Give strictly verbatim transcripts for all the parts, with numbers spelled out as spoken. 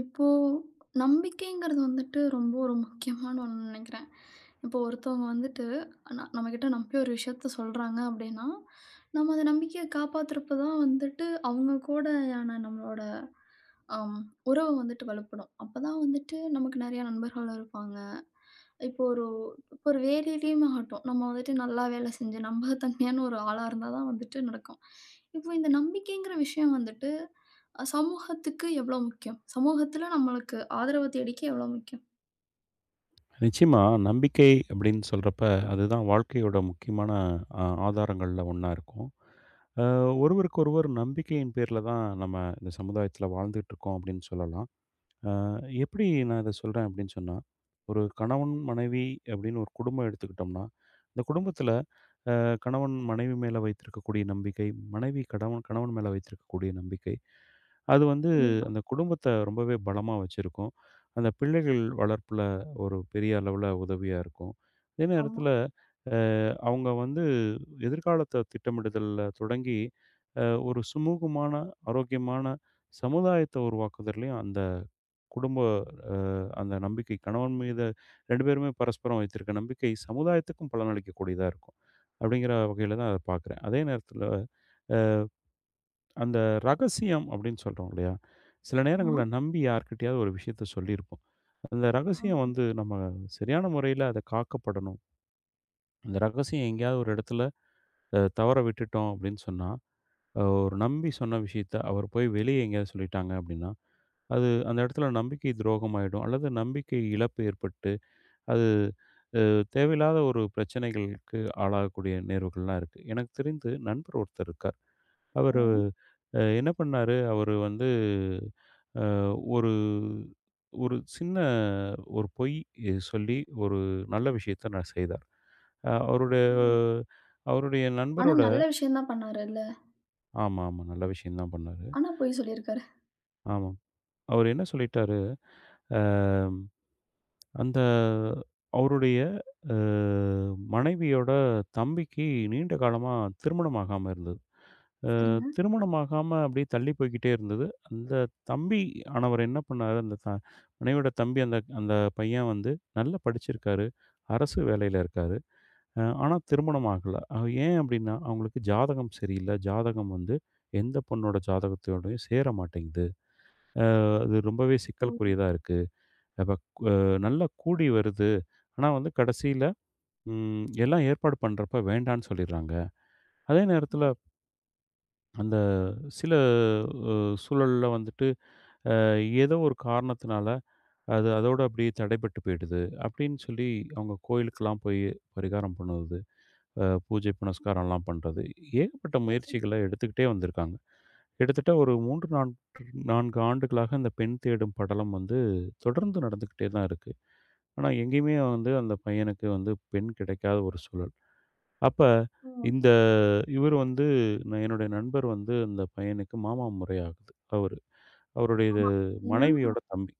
இப்போ நம்பிக்கைங்கிறது வந்துட்டு ரொம்ப ஒரு முக்கியமான ஒண்ணு நினைக்கிறேன். இப்போ ஒருத்தவங்க வந்துட்டு ந நம்மகிட்ட நம்பி ஒரு விஷயத்த சொல்றாங்க அப்படின்னா, நம்ம அந்த நம்பிக்கைய காப்பாத்துறப்ப தான் வந்துட்டு அவங்க கூடயான நம்மளோட அம் உறவு வந்துட்டு வலுப்படும். அப்பதான் வந்துட்டு நமக்கு நெறைய நண்பர்கள் இருப்பாங்க. இப்போ ஒரு இப்போ ஒரு வேலையிலயும் ஆகட்டும். நம்ம வந்துட்டு நல்லா வேலை செஞ்சு நம்பகத்தன்மையான ஒரு ஆளா இருந்தா தான் வந்துட்டு நடக்கும். இப்போ இந்த நம்பிக்கைங்கிற விஷயம் வந்துட்டு அ சமூகத்துக்கு எவ்வளோ முக்கியம்? சமூகத்துல நம்மளுக்கு ஆதரவு தேடிக்க எவ்வளோ முக்கியம்? நிச்சயமா, நம்பிக்கை அப்படின்னு சொல்றப்ப, அதுதான் வாழ்க்கையோட முக்கியமான அ ஆதாரங்கள்ல ஒண்ணா இருக்கும். அ ஒருவருக்கொருவர் நம்பிக்கையின் பேர்ல தான் நம்ம இந்த சமுதாயத்தில வாழ்ந்துட்டு இருக்கோம் அப்படின்னு சொல்லலாம். அ எப்படி நான் இத சொல்றேன் அப்படின்னு சொன்னா, ஒரு கணவன், மனைவி அப்படின்னு ஒரு குடும்பம் எடுத்துக்கிட்டோம்னா, இந்த குடும்பத்தில அ கணவன் மனைவி மேல வைத்திருக்கக்கூடிய நம்பிக்கை, மனைவி கணவன் கணவன் மேல வைத்திருக்கக்கூடிய நம்பிக்கை, அது வந்து கண்டிப்பா. அந்த குடும்பத்த ரொம்பவே பலமா வச்சிருக்கும். அந்த பிள்ளைகள் வளர்ப்புல ஒரு பெரிய அளவுல உதவியா இருக்கும். அதே ஆமா, நேரத்தில அ அவங்க வந்து எதிர்காலத்த திட்டமிடுதல்ல தொடங்கி, அ ஒரு சுமூகமான, ஆரோக்கியமான சமுதாயத்த உருவாக்குதல்லையும் அந்த குடும்ப அ அந்த நம்பிக்கை கணவன் மீது ரெண்டு பேருமே பரஸ்பரம் வைத்திருக்க நம்பிக்கை சமுதாயத்துக்கும் பலனளிக்கக்கூடியதா இருக்கும். அப்படிங்கிற வகையில தான் அத பார்க்குறேன். அதே நேரத்தில அ அந்த ரகசியம் அப்படின்னு சொல்றோம் இல்லையா? சில ஆமா. நேரங்கள்ல நம்பி யார்கிட்டயாவது ஒரு விஷயத்த சொல்லியிருப்போம். அந்த ஆ. ரகசியம் வந்து நம்ம சரியான முறையில அத காக்கப்படணும். அந்த ரகசியம் எங்கேயாவது ஒரு இடத்துல அ தவற விட்டுட்டோம் அப்படின்னு சொன்னா, அ ஒரு நம்பி சொன்ன விஷயத்த அவர் போய் வெளிய எங்கேயாவது சொல்லிட்டாங்க அப்படின்னா, அது அந்த இடத்துல நம்பிக்கை துரோகம் ஆயிடும். அல்லது நம்பிக்கை இழப்பு ஏற்பட்டு அது அ தேவையில்லாத ஒரு பிரச்சனைகளுக்கு ஆளாகக்கூடிய நேர்வுகள்லாம் இருக்கு. எனக்கு தெரிந்து நண்பர் ஒருத்தர் இருக்கார். அவரு சரிங்க. அ என்ன பண்ணாரு, அவரு வந்து அ ஒரு ஒரு சின்ன ஒரு பொய் அஹ், சொல்லி ஒரு நல்ல விஷயத்த நான் செய்தார். அ அவருடைய ம். அவருடைய ஆனா நண்பரோட நல்ல விஷயம் தான் பண்ணாருல்ல. ஆமா, ஆமா. நல்ல விஷயம் தான் பண்ணாரு. ஆனா பொய் சொல்லியிருக்காரு. ஆமா. அவரு என்ன சொல்லிட்டாரு, அ அந்த அவருடைய அ மனைவியோட தம்பிக்கு நீண்ட காலமா திருமணம் ஆகாம இருந்தது. அ சரிங்க. திருமணம் ஆகாம அப்படியே தள்ளி போய்க்கிட்டே இருந்தது. அந்த தம்பி ஆனவர் என்ன பண்ணாரு, அந்த த மனைவியோட தம்பி அந்த அந்த பையன் வந்து நல்லா படிச்சிருக்காரு. அரசு வேலையில இருக்காரு. அ ஆனா திருமணம் ஆகல. அ ஏன் அப்படின்னா, அவங்களுக்கு ஜாதகம் சரியில்ல. ஜாதகம் வந்து எந்த பொண்ணோட ஜாதகத்தோடயும் சேர மாட்டேங்குது. அ அது ரொம்பவே ம். சிக்கலுக்குரியதா இருக்கு. அப்ப அ நல்லா கூடி வருது. ஆனா வந்து கடைசியில ம். எல்லாம் ஏற்பாடு பண்றப்ப வேண்டான்னு சொல்லிர்றாங்க. அதே நேரத்தில அந்த சில அ சூழல்ல வந்துட்டு அ ஏதோ ஒரு காரணத்தினால அது அதோட அப்படியே தடைப்பட்டு போயிடுது. அப்படின்னு சொல்லி அவங்க கோயிலுக்கெல்லாம் போய் பரிகாரம் பண்ணுவது, அ பூஜை புனஸ்காரம்லாம் பண்றது. ஏகப்பட்ட முயற்சிகள எடுத்துக்கிட்டே வந்திருக்காங்க. கிட்டத்தட்ட ஒரு 3 நான்கு நான்கு ஆண்டுகளாக இந்த பெண் தேடும் படலம் வந்து தொடர்ந்து நடந்துகிட்டே தான் இருக்கு. ஆனா எங்கேயுமே வந்து அந்த பையனுக்கு வந்து பெண் கிடைக்காத ஒரு சூழல். அப்ப ம். இந்த இவர் வந்து நான் என்னுடைய நண்பர் வந்து அந்த பையனுக்கு மாமா முறை ஆகுது. அவரு. அவருடைய இது ஆமா. ஏன்னா மனைவியோட தம்பி.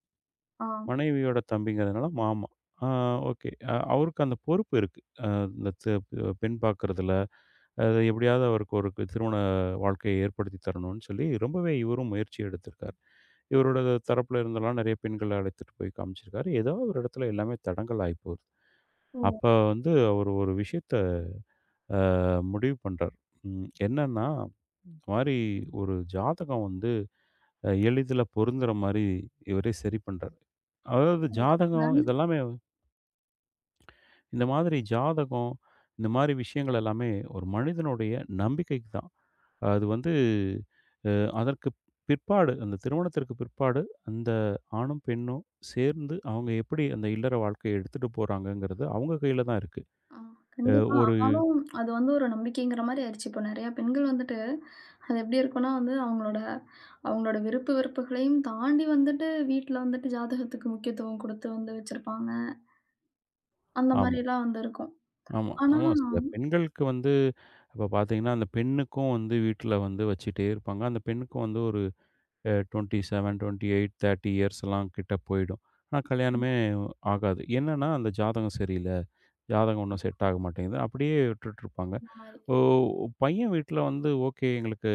ஆ. மனைவியோட தம்பிங்கிறதுனால மாமா. ஆ ஓகே. அ அவருக்கு அந்த பொறுப்பு இருக்கு. அ இந்த து பெண் பார்க்கறதுல, அது எப்படியாவது அவருக்கு ஒரு கு- திருமண வாழ்க்கையை ஏற்படுத்தி தரணும்னு சொல்லி ரொம்பவே இவரும் முயற்சி எடுத்திருக்காரு. இவரோட தரப்புல இருந்தெல்லாம் நெறைய பெண்கள அழைத்துட்டு போய் காமிச்சிருக்காரு. ஏதோ ஒரு இடத்துல எல்லாமே தடங்கல் ஆயி போகுது. அப்ப ம். வந்து அவர் ஒரு விஷயத்த அ முடிவு பண்றார். ம். என்னன்னா, இந்த மாரி ஒரு ஜாதகம் வந்து அ எளிதில பொருந்துற மாரி இவரே சரி பண்றாரு. அதாவது அது தப்பு ஜாதகம் தானே. இதெல்லாமே இந்த மாதிரி ஜாதகம், இந்த மாரி விஷயங்கள் எல்லாமே ஒரு மனிதனுடைய நம்பிக்கைக்கு தான். அது வந்து அ அதற்கு பிற்பாடு, அந்த திருமணத்திற்கு பிற்பாடு அந்த ஆணும், பெண்ணும் சேர்ந்து அவங்க எப்படி அந்த இல்லற வாழ்க்கைய எடுத்துட்டு போறாங்கங்கிறது அவங்க கையில தான் இருக்கு. ஆ. அ கண்டிப்பா. ஒரு ஆனாலும் அது வந்து ஒரு நம்பிக்கைங்கிற மாரி ஆயிருச்சு. இப்போ நெறையா பெண்கள் வந்துட்டு அது எப்படி இருக்கும்னா வந்து அவங்களோட அவங்களோட விருப்பு வெறுப்புகளையும் தாண்டி வந்துட்டு வீட்ல வந்துட்டு ஜாதகத்துக்கு முக்கியத்துவம் குடுத்து வந்து வச்சிருப்பாங்க. அந்த ஆமா. மாரிலாம் வந்து இருக்கும். ஆமா, ஆனா ஆமா. சில பெண்களுக்கு வந்து இப்ப பார்த்தீங்கன்னா, அந்த பெண்ணுக்கும் வந்து வீட்ல வந்து வச்சுட்டே இருப்பாங்க. அந்த பெண்ணுக்கும் வந்து ஒரு அ இருபத்தி ஏழு, இருபத்தி எட்டு, முப்பது இயர்ஸ்லாம் கிட்ட போயிடும். ஆனா கல்யாணமே ஆகாது. என்னன்னா, அந்த ஜாதகம் சரியில்ல. ஜாதகம் ஒண்ணும் செட் ஆக மாட்டேங்குது. அப்படியே விட்டுட்டுருப்பாங்க. அந்த மாரி. ஓ! பையன் வீட்ல வந்து ஓகே. எங்களுக்கு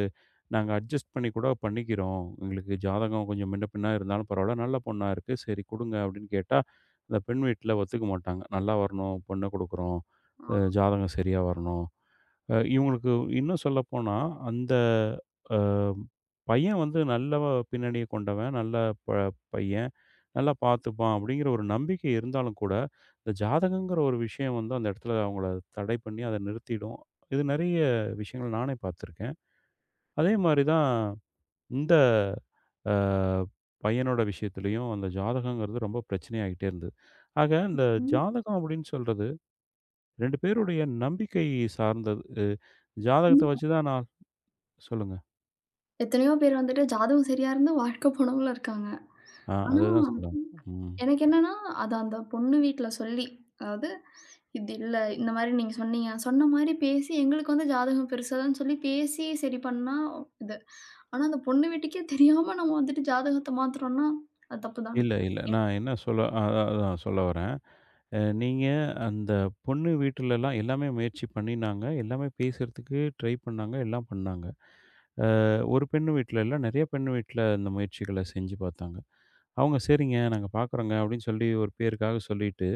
நாங்க அட்ஜஸ்ட் பண்ணி கூட பண்ணிக்கிறோம். எங்களுக்கு ஜாதகம் கொஞ்சம் முன்ன பின்ன இருந்தாலும் பரவால்ல. நல்ல பொண்ணா இருக்கு. சரி குடுங்க அப்படின்னு கேட்டா, அந்த பெண் வீட்ல ஒத்துக்க மாட்டாங்க. நல்லா வரணும், பொண்ண குடுக்குறோம். அ ஆ. ஜாதகம் சரியா வரணும். அ இவங்களுக்கு இன்னும் சொல்லப்போனா, அந்த அ பையன் வந்து நல்ல பின்னணிய கொண்டவன். நல்ல ப பையன். நல்லா பார்த்துப்பான் அப்படிங்கிற ஒரு நம்பிக்கை இருந்தாலும் கூட, இந்த ஜாதகங்கிற ஒரு விஷயம் வந்து அந்த இடத்துல அவங்கள தடை பண்ணி அத நிறுத்திடும். இது நெறைய விஷயங்கள் நானே பார்த்துருக்கேன். அதே மாரி தான் இந்த அ பையனோட விஷயத்திலயும் அந்த ஜாதகங்கிறது ரொம்ப பிரச்சனையாகிட்டே இருந்தது. ஆக இந்த ம். ஜாதகம் அப்படின்னு சொல்றது ரெண்டு பேருடைய நம்பிக்கை சார்ந்தது. ஜாதகத்த கண்டிப்பா. வச்சு தான் நான் சொல்லுங்க. எத்தனையோ பேர் வந்துட்டு ஜாதகம் சரியா இருந்து வாழ்க்க போனவங்களும் இருக்காங்க. ஆ ஆனா, அதுதான் சொல்ல வந்தேன். ம். எனக்கு என்னன்னா, அது அந்த பொண்ணு வீட்ல சொல்லி, அதாவது "இது இல்ல. இந்த மாரி நீங்க சொன்னீங்க." சொன்ன மாரி பேசி எங்களுக்கு வந்து ஜாதகம் பெருசுதான்னு சொல்லி பேசி சரி பண்ணா இது. ஆனா அந்த பொண்ணு வீட்டுக்கே தெரியாம நம்ம வந்துட்டு ஜாதகத்த மாத்துறோம்னா, அது தப்பு தான. இல்ல, இல்ல. எனக்கு நான் என்ன சொல்ல அ அ அதான் சொல்ல வரேன். அ நீங்க அந்த பொண்ணு வீட்லலாம் எல்லாமே முயற்சி பண்ணினாங்க. எல்லாமே பேசுறதுக்கு ட்ரை பண்ணாங்க. எல்லாம் பண்ணாங்க. அ ஒரு பெண்ணு வீட்ல இல்ல, நெறைய பெண்ணு வீட்ல இந்த முயற்சிகள செஞ்சு பார்த்தாங்க. அவங்க "சரிங்க, நாங்க பார்க்குறோங்க" அப்படின்னு சொல்லி ஒரு பேருக்காக சொல்லிட்டு,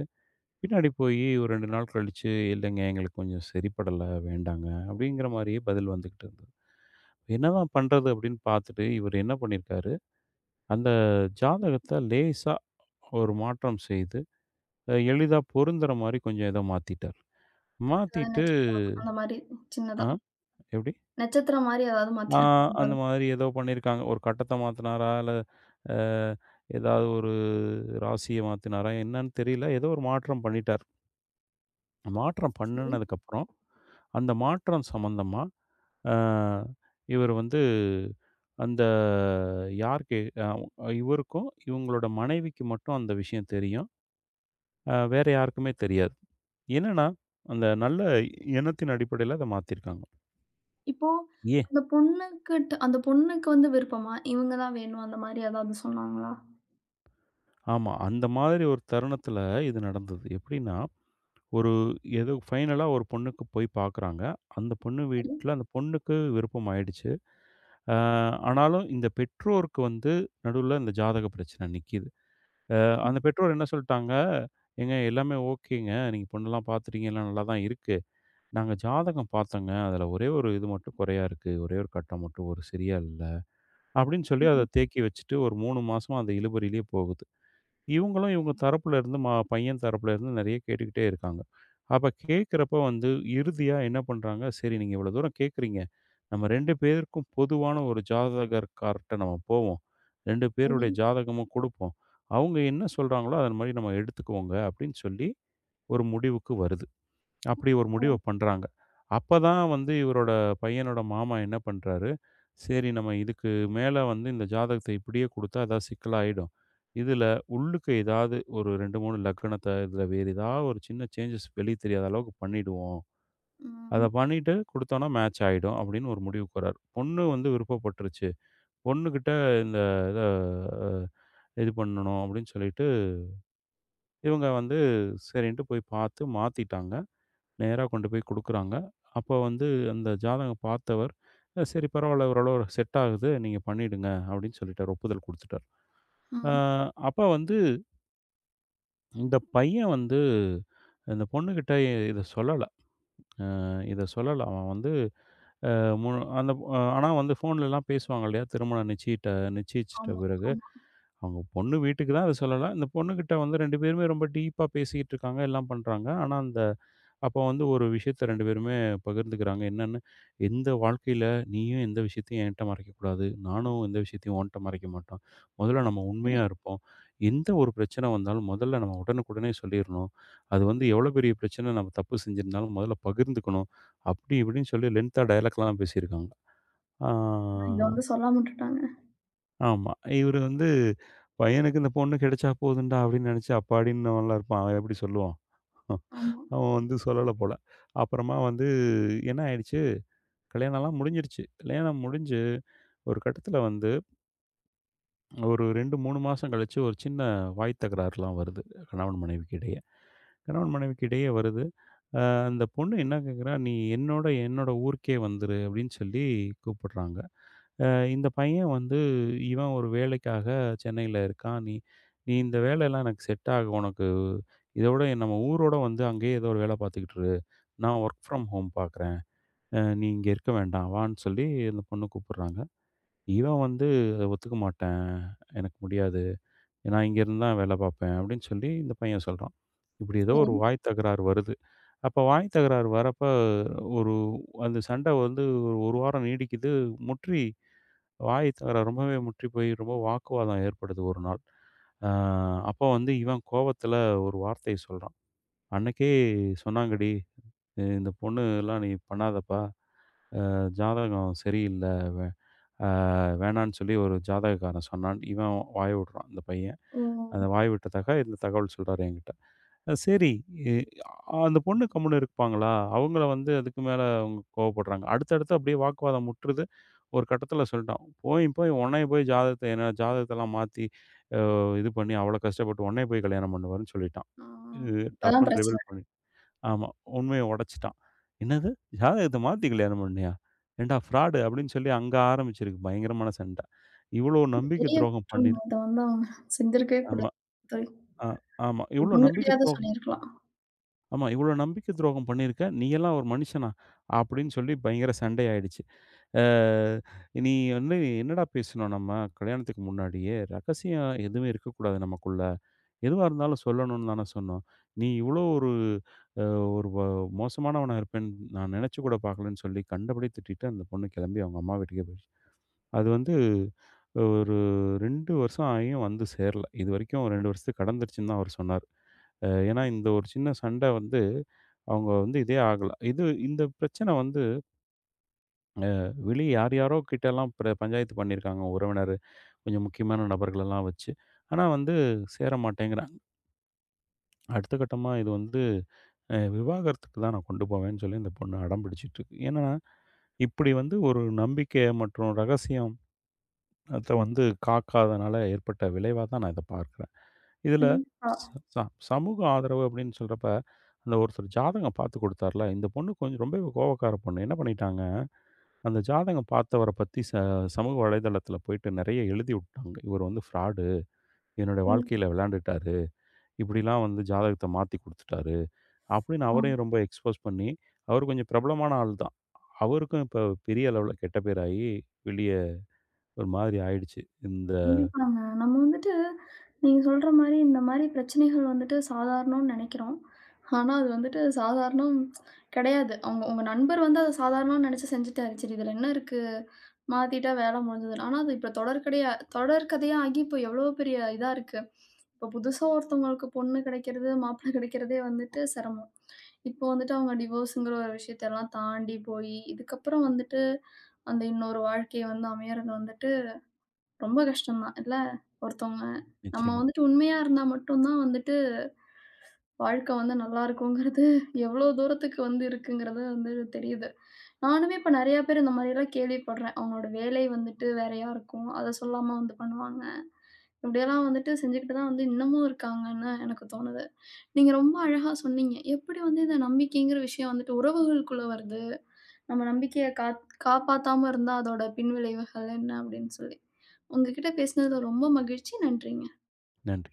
பின்னாடி போயி ஒரு ரெண்டு நாள் கழிச்சு, "இல்லைங்க, எங்களுக்கு கொஞ்சம் சரிப்படல, வேண்டாங்க" அப்படிங்கிற மாரியே பதில் வந்துகிட்டு இருந்தது. என்னதான் பண்றது அப்படின்னு பார்த்துட்டு, இவரு என்ன பண்ணியிருக்காரு அந்த ஜாதகத்த லேசா ஒரு மாற்றம் செய்து, அ எளிதா பொருந்துற மாரி கொஞ்சம் ஏதோ மாத்திட்டாரு. அது மாத்திட்டு நட்சத்திரம் அந்த மாரி சின்னதா. ஆ எப்படி? நட்சத்திரம் மாரி ஏதாவது ஆ அந்த மாத்திருப்பாங்க. மாதிரி ஏதோ பண்ணியிருக்காங்க. ஒரு கட்டத்த மாத்துனாரா? இல்ல அ ஏதாவது ஒரு ராசிய மாத்துனாரா? என்னன்னு தெரியல. ஏதோ ஒரு மாற்றம் பண்ணிட்டார். மாற்றம் பண்ணுனதுக்கப்புறம், அந்த மாற்றம் சம்மந்தமா அ இவர் வந்து அந்த யாருக்கு அ இவருக்கும், இவங்களோட மனைவிக்கு மட்டும் அந்த விஷயம் தெரியும். அ வேற யாருக்குமே தெரியாது. என்னன்னா, அந்த நல்ல எண்ணத்தின் அடிப்படையில அத மாத்திருக்காங்க. இப்போ ஏன்? அந்த பொண்ணுக்கிட்ட அந்த பொண்ணுக்கு வந்து விருப்பமா? இவங்க தான் வேணும் அந்த மாரி ஏதாவது சொன்னாங்களா? ஆமா. அந்த மாதிரி ஒரு தருணத்துல இது நடந்தது. எப்படின்னா, ஒரு ஏதோ ஃபைனலா ஒரு பொண்ணுக்கு போய் பார்க்குறாங்க. அந்த பொண்ணு சரி. வீட்ல அந்த பொண்ணுக்கு விருப்பம் ஆயிடுச்சு. அ ஆனாலும் இந்த பெற்றோருக்கு வந்து நடுவுல இந்த ஜாதக பிரச்சனை நிக்கிது. அ ம். அந்த பெற்றோர் என்ன சொல்ட்டாங்க, "ஏங்க எல்லாமே ஓகேங்க. நீங்க பொண்ணெல்லாம் பார்த்துட்டீங்க. எல்லாம் நல்லா தான் இருக்கு. நாங்க ஜாதகம் பார்த்தோங்க. அதுல ஒரே ஒரு இது மட்டும் குறையா இருக்கு. ஒரே ஒரு கட்டம் மட்டும் ஒரு சரியா இல்ல." அப்படின்னு சொல்லி அத ம். தேக்கி வச்சுட்டு ஒரு மூணு மாசமா அது இழுபறியிலேயே போகுது. இவங்களும் இவங்க தரப்புல இருந்து ம பையன் தரப்புல இருந்து நெறைய கேட்டுக்கிட்டே இருக்காங்க. அப்ப கேட்கிறப்ப வந்து இறுதியா என்ன பண்றாங்க, சரி நீங்க இவ்வளோ தூரம் கேட்கிறீங்க. நம்ம ரெண்டு பேருக்கும் பொதுவான ஒரு ஜாதகர்கார்ட்ட நம்ம போவோம். ரெண்டு சரி. பேருடைய ஜாதகமும் குடுப்போம். அவங்க என்ன சொல்றாங்களோ, அதன் மாரி நம்ம எடுத்துக்குவோங்க அப்படின்னு சொல்லி ஒரு முடிவுக்கு வருது. அப்படி ஒரு ஓ! முடிவ பண்றாங்க. அப்பதான் வந்து இவரோட பையனோட மாமா என்ன பண்றாரு, சரி நம்ம இதுக்கு மேல வந்து இந்த ஜாதகத்த இப்படியே குடுத்தா ஏதாவது சிக்கலாயிடும். இதுல உள்ளுக்கு ஏதாவது ஒரு ரெண்டு, மூணு லக்கணத்த இதுல வேறு ஏதாவது ஒரு சின்ன சேஞ்சஸ் வெளிய தெரியாத அளவுக்கு பண்ணிடுவோம். அத ம். பண்ணிட்டு குடுத்தோம்னா மேட்ச் ஆயிடும் அப்படின்னு ஒரு முடிவுக்கு வராரு. பொண்ணு வந்து விருப்பப்பட்டுருச்சு. பொண்ணுகிட்ட இந்த இத அ இது பண்ணணும் அப்படின்னு சொல்லிட்டு, இவங்க வந்து சரின்ட்டு போய் பார்த்து மாத்திட்டாங்க. நேரா கொண்டு போய் குடுக்குறாங்க. அப்போ வந்து அந்த ஜாதகம் பார்த்தவர், "அ சரி பரவால்ல, ஓரளவு செட் ஆகுது. நீங்க பண்ணிடுங்க." அப்படின்னு சொல்லிட்டாரு. ஒப்புதல் குடுத்துட்டார். அ ம். அப்ப வந்து இந்த பையன் வந்து இந்த பொண்ணுகிட்ட இத சொல்லல. அ இத சொல்லல. அவன் வந்து அ மு அந்த அ ஆனா வந்து ஃபோன்லலாம் பேசுவாங்க இல்லையா? திருமணம் நிச்சயிட்ட நிச்சயிச்சிட்ட ஆமா, பிறகு. ஆமா. அவங்க பொண்ணு வீட்டுக்கு தான் அத சொல்லல. இந்த பொண்ணுகிட்ட வந்து ரெண்டு பேருமே ரொம்ப டீப்பா பேசிக்கிட்டு இருக்காங்க, எல்லாம் பண்றாங்க. ஆனா அந்த அப்போ வந்து ஒரு விஷயத்த ரெண்டு பேருமே பகிர்ந்துக்கிறாங்க. என்னன்னு, "எந்த வாழ்க்கையில நீயும் எந்த விஷயத்தையும் என்ட்ட மறைக்கக்கூடாது. நானும் எந்த விஷயத்தையும் உன்ட்ட மறைக்க மாட்டோம். முதல்ல நம்ம சரி. உண்மையா இருப்போம். எந்த ஒரு பிரச்சனை வந்தாலும் முதல்ல நம்ம உடனுக்குடனே சொல்லிறணும். அது வந்து எவ்வளோ பெரிய பிரச்சனை நம்ம தப்பு செஞ்சிருந்தாலும் முதல்ல பகிர்ந்துக்கணும்." அப்படி இப்படின்னு சொல்லி லென்த்தா டயலாக்லாம் பேசியிருக்காங்க. ஆ ஆனா இத வந்து சொல்லாம விட்டுட்டாங்க. ஆமா. இவரு வந்து பையனுக்கு இந்த பொண்ணு கிடைச்சா போதும்டா அப்படின்னு நினைச்சு அப்பாடின்னவன்லாம் இருப்பான். அவன் எப்படி சொல்லுவான்? ஆமா. அவன் வந்து சொல்லல போல. அப்புறமா வந்து என்ன ஆயிடுச்சு, கல்யாணம்லாம் முடிஞ்சிருச்சு. கல்யாணம் முடிஞ்சு ஒரு கட்டத்தில வந்து ஒரு ரெண்டு, மூணு மாசம் கழிச்சு ஒரு சின்ன வாய் தகராறுலாம் வருது. கணவன் மனைவிக்கு இடையே. கணவன் மனைவிக்கு இடையே வருது. அ அந்த பொண்ணு என்ன கேட்குறா, "நீ என்னோட என்னோட ஊருக்கே வந்துரு" அப்படின்னு சொல்லி கூப்பிடுறாங்க. அ இந்த பையன் வந்து இவன் ஒரு வேலைக்காக சென்னையில இருக்கான். "நீ நீ இந்த வேலைலாம் எனக்கு செட் ஆகும். உனக்கு இதோட நம்ம ஊரோட வந்து அங்கேயே ஏதோ ஒரு வேலை பார்த்துக்கிட்டு இரு. நான் வொர்க் ஃப்ரம் ஹோம் பார்க்குறேன்." அ நீ இங்க இருக்க வேண்டாம் வான்னு சொல்லி அந்த பொண்ணு கூப்பிடுறாங்க. இவன் வந்து அதை ஒத்துக்க மாட்டேன். எனக்கு முடியாது. நான் இங்க இருந்து தான் வேலை பார்ப்பேன் அப்படின்னு சொல்லி இந்த பையன் சொல்றான். இப்படி ஏதோ ஒரு சரி. வாய் தகராறு வருது. அப்ப வாய் தகராறு வரப்ப ஒரு அந்த சண்டை வந்து ஒரு ஒரு வாரம் நீடிக்குது. முற்றி வாய் தகராறு ரொம்பவே முற்றி போய் ரொம்ப வாக்குவாதம் ஏற்படுது ஒரு நாள். அ அப்போ வந்து இவன் கோவத்துல ஒரு வார்த்தைய சொல்றான். "அன்னைக்கே சொன்னாங்கடி, அஹ் இந்த பொண்ணுலாம் நீ பண்ணாதப்பா." ஜாதகம் சரியில்ல. வே அ வேணான்னு சொல்லி ஒரு ஜாதகக்காரன் சொன்னான். இவன் வாய விடுறான், இந்த பையன். ஓ! அந்த வாய் விட்டதாக இந்த தகவல் சொல்றாரு என்கிட்ட. அ சரி, இ அ- அந்த பொண்ணு கம்முனு இருப்பாங்களா? அவங்கள வந்து அதுக்கு மேல அவங்க கோவப்படுறாங்க. அடுத்தடுத்து அப்படியே வாக்குவாதம் முற்றுது. ஒரு கட்டத்தில சொல்லிட்டான். போய் போய் உன்னைய போய் ஜாதகத்த என்ன ஜாதகத்தெல்லாம் மாத்தி, அ இது பண்ணி அவ்வளோ கஷ்டப்பட்டு உன்னைய போய் கல்யாணம் பண்ணுவாருன்னு சொல்லிட்டான். ஆ. இது இப்பதான் டப்புன்னு பிரச்சனை. ரிவீல் பண்ணி ஆமா. உண்மைய உடைச்சுட்டான். "என்னது? ஜாதகத்த மாத்தி கல்யாணம் பண்ணியா? ஏன்டா ஃப்ராடு" அப்படின்னு சொல்லி அங்க ஆரம்பிச்சிருக்கு பயங்கரமான சண்டை. இவ்ளோ நம்பிக்கை பெரிய துரோகம் குற்றம் பண்ணியிருக்க. அத வந்து அவங்க செஞ்சிருக்கவே ஆமா. கூடாது. ஆ ஆமா. "இவ்ளோ நம்பிக்கை பொண்ணுகிட்டயாவது துரோகம் சொல்லியிருக்கலாம். ஆமா. இவ்ளோ நம்பிக்கை துரோகம் பண்ணியிருக்க. நீயெல்லாம் ஒரு மனுஷனா?" அப்படின்னு சொல்லி பயங்கர சண்டை ஆயிடுச்சு. அ நீ வந்து என்னடா பேசினோம் நம்ம கல்யாணத்துக்கு முன்னாடியே? ரகசியம் எதுவுமே இருக்கக்கூடாது நமக்குள்ள. எதுவா இருந்தாலும் சொல்லணும்னு தானே சொன்னோம். நீ இவ்வளோ ஒரு அ ஒரு வ மோசமானவனா இருப்பேன்னு நான் நினைச்சு கூட பார்க்கலன்னு சொல்லி கண்டபடி திட்டிட்டு அந்த பொண்ணு கிளம்பி அவங்க அம்மா வீட்டுக்கே போயிடுச்சு. அது வந்து ஒரு ரெண்டு வருஷம் ஆகியும் வந்து சேரல. இதுவரைக்கும் ரெண்டு வருஷத்துக்கு கடந்துருச்சுன்னு தான் அவர் சொன்னார். அ ஏன்னா இந்த ஒரு சின்ன சண்டை வந்து அவங்க வந்து இதே ஆகல. இது இந்த பிரச்சனை வந்து அ வெளிய யார் யாரோ கிட்டலாம் பிர பஞ்சாயத்து பண்ணியிருக்காங்க. உறவினர், கொஞ்சம் முக்கியமான நபர்களெல்லாம் வச்சு. ஆனா வந்து சேர மாட்டேங்கிறாங்க. அடுத்த கட்டமா இது வந்து அ விவாகரத்துக்கு தான் நான் கொண்டு போவேன்னு சொல்லி இந்த பொண்ணு அடம் பிடிச்சிட்டு இருக்கு. ஏன்னா, இப்படி வந்து ஒரு நம்பிக்கை மற்றும் ரகசியம் அத வந்து காக்காதனால ஏற்பட்ட விளைவா தான் நான் இத பார்க்குறேன். இதுல கண்டிப்பா. ச ச சமூக ஆதரவு அப்படின்னு சொல்றப்ப, அந்த ஒருத்தர் ஜாதகம் பார்த்து குடுத்தார்ல, இந்த பொண்ணு கொஞ்சம் ரொம்பவே கோவக்கார பொண்ணு. என்ன பண்ணிட்டாங்க? அந்த ஜாதகம் பார்த்தவர பத்தி ச சமூக வலைதளத்தில போயிட்டு நெறைய எழுதி விட்டாங்க. இவர் வந்து ஃப்ராடு. என்னுடைய ம். வாழ்க்கையில விளையாண்டுட்டாரு. இப்படிலாம் வந்து ஜாதகத்த மாத்தி குடுத்துட்டாரு. அப்படின்னு ஆ. அவரையும் ரொம்ப எக்ஸ்போஸ் பண்ணி, அவர் கொஞ்சம் பிரபலமான ஆள் தான். அவருக்கும் இப்ப பெரிய அளவுல கெட்ட பேராகி, வெளிய ஒரு மாதிரி ஆயிடுச்சு. இந்த கண்டிப்பாங்க. நம்ம வந்துட்டு நீங்க சொல்ற மாரி, இந்த மாரி பிரச்சனைகள் வந்துட்டு சாதாரணம்னு நெனைக்கிறோம். ஆனா, அது வந்துட்டு சாதாரணம் கெடையாது. அவங்க உங்க நண்பர் வந்து அத சாதாரணம்னு நெனைச்சு செஞ்சுட்டாரு. சரி இதுல என்ன இருக்கு? மாத்திட்டா வேல முடிஞ்சுதுன்னு. ஆனா, அது இப்ப தொடர்கடையா தொடர்கதையா ஆகி இப்போ எவ்வளோ பெரிய இதா இருக்கு. இப்போ புதுசா ஒருத்தவங்களுக்கு பொண்ணு கெடைக்கிறது, மாப்பிள கெடைக்கிறதே வந்துட்டு சிரமம். இப்போ வந்துட்டு அவங்க டிவோர்ஸுங்கிற ஒரு விஷயத்தெல்லாம் தாண்டி போயி, இதுக்கப்புறம் வந்துட்டு அந்த இன்னொரு வாழ்க்கை வந்து அமையறது வந்துட்டு ரொம்ப கஷ்டம் தான் இல்ல? ஒருத்தவங்க நம்ம நிச்சயமா. வந்துட்டு உண்மையா இருந்தா மட்டும் தான் வந்துட்டு, வாழ்க்கை வந்து நல்லாருக்குங்கிறது எவ்ளோ தூரத்துக்கு வந்து இருக்குங்கிறது வந்து தெரியுது. நானுமே இப்ப நெறையா பேர் இந்த மாரிலாம் கேள்விப்படுறேன். அவங்களோட வேலை வந்துட்டு வேறையா இருக்கும். அத சொல்லாம வந்து பண்ணுவாங்க. இப்படியெல்லாம் வந்துட்டு செஞ்சுக்கிட்டு தான் வந்து இன்னமும் இருக்காங்கன்னு எனக்கு தோணுது. நீங்க ரொம்ப அழகா சொன்னீங்க. எப்படி வந்து இந்த நம்பிக்கைங்கிற விஷயம் வந்துட்டு உறவுகளுக்குள்ள வருது? நம்ம நம்பிக்கைய காத் காப்பாத்தாம இருந்தா அதோட பின்விளைவுகள் என்ன அப்படின்னு சொல்லி. உங்ககிட்ட பேசினதுல ரொம்ப மகிழ்ச்சி. நன்றிங்க. நன்றி.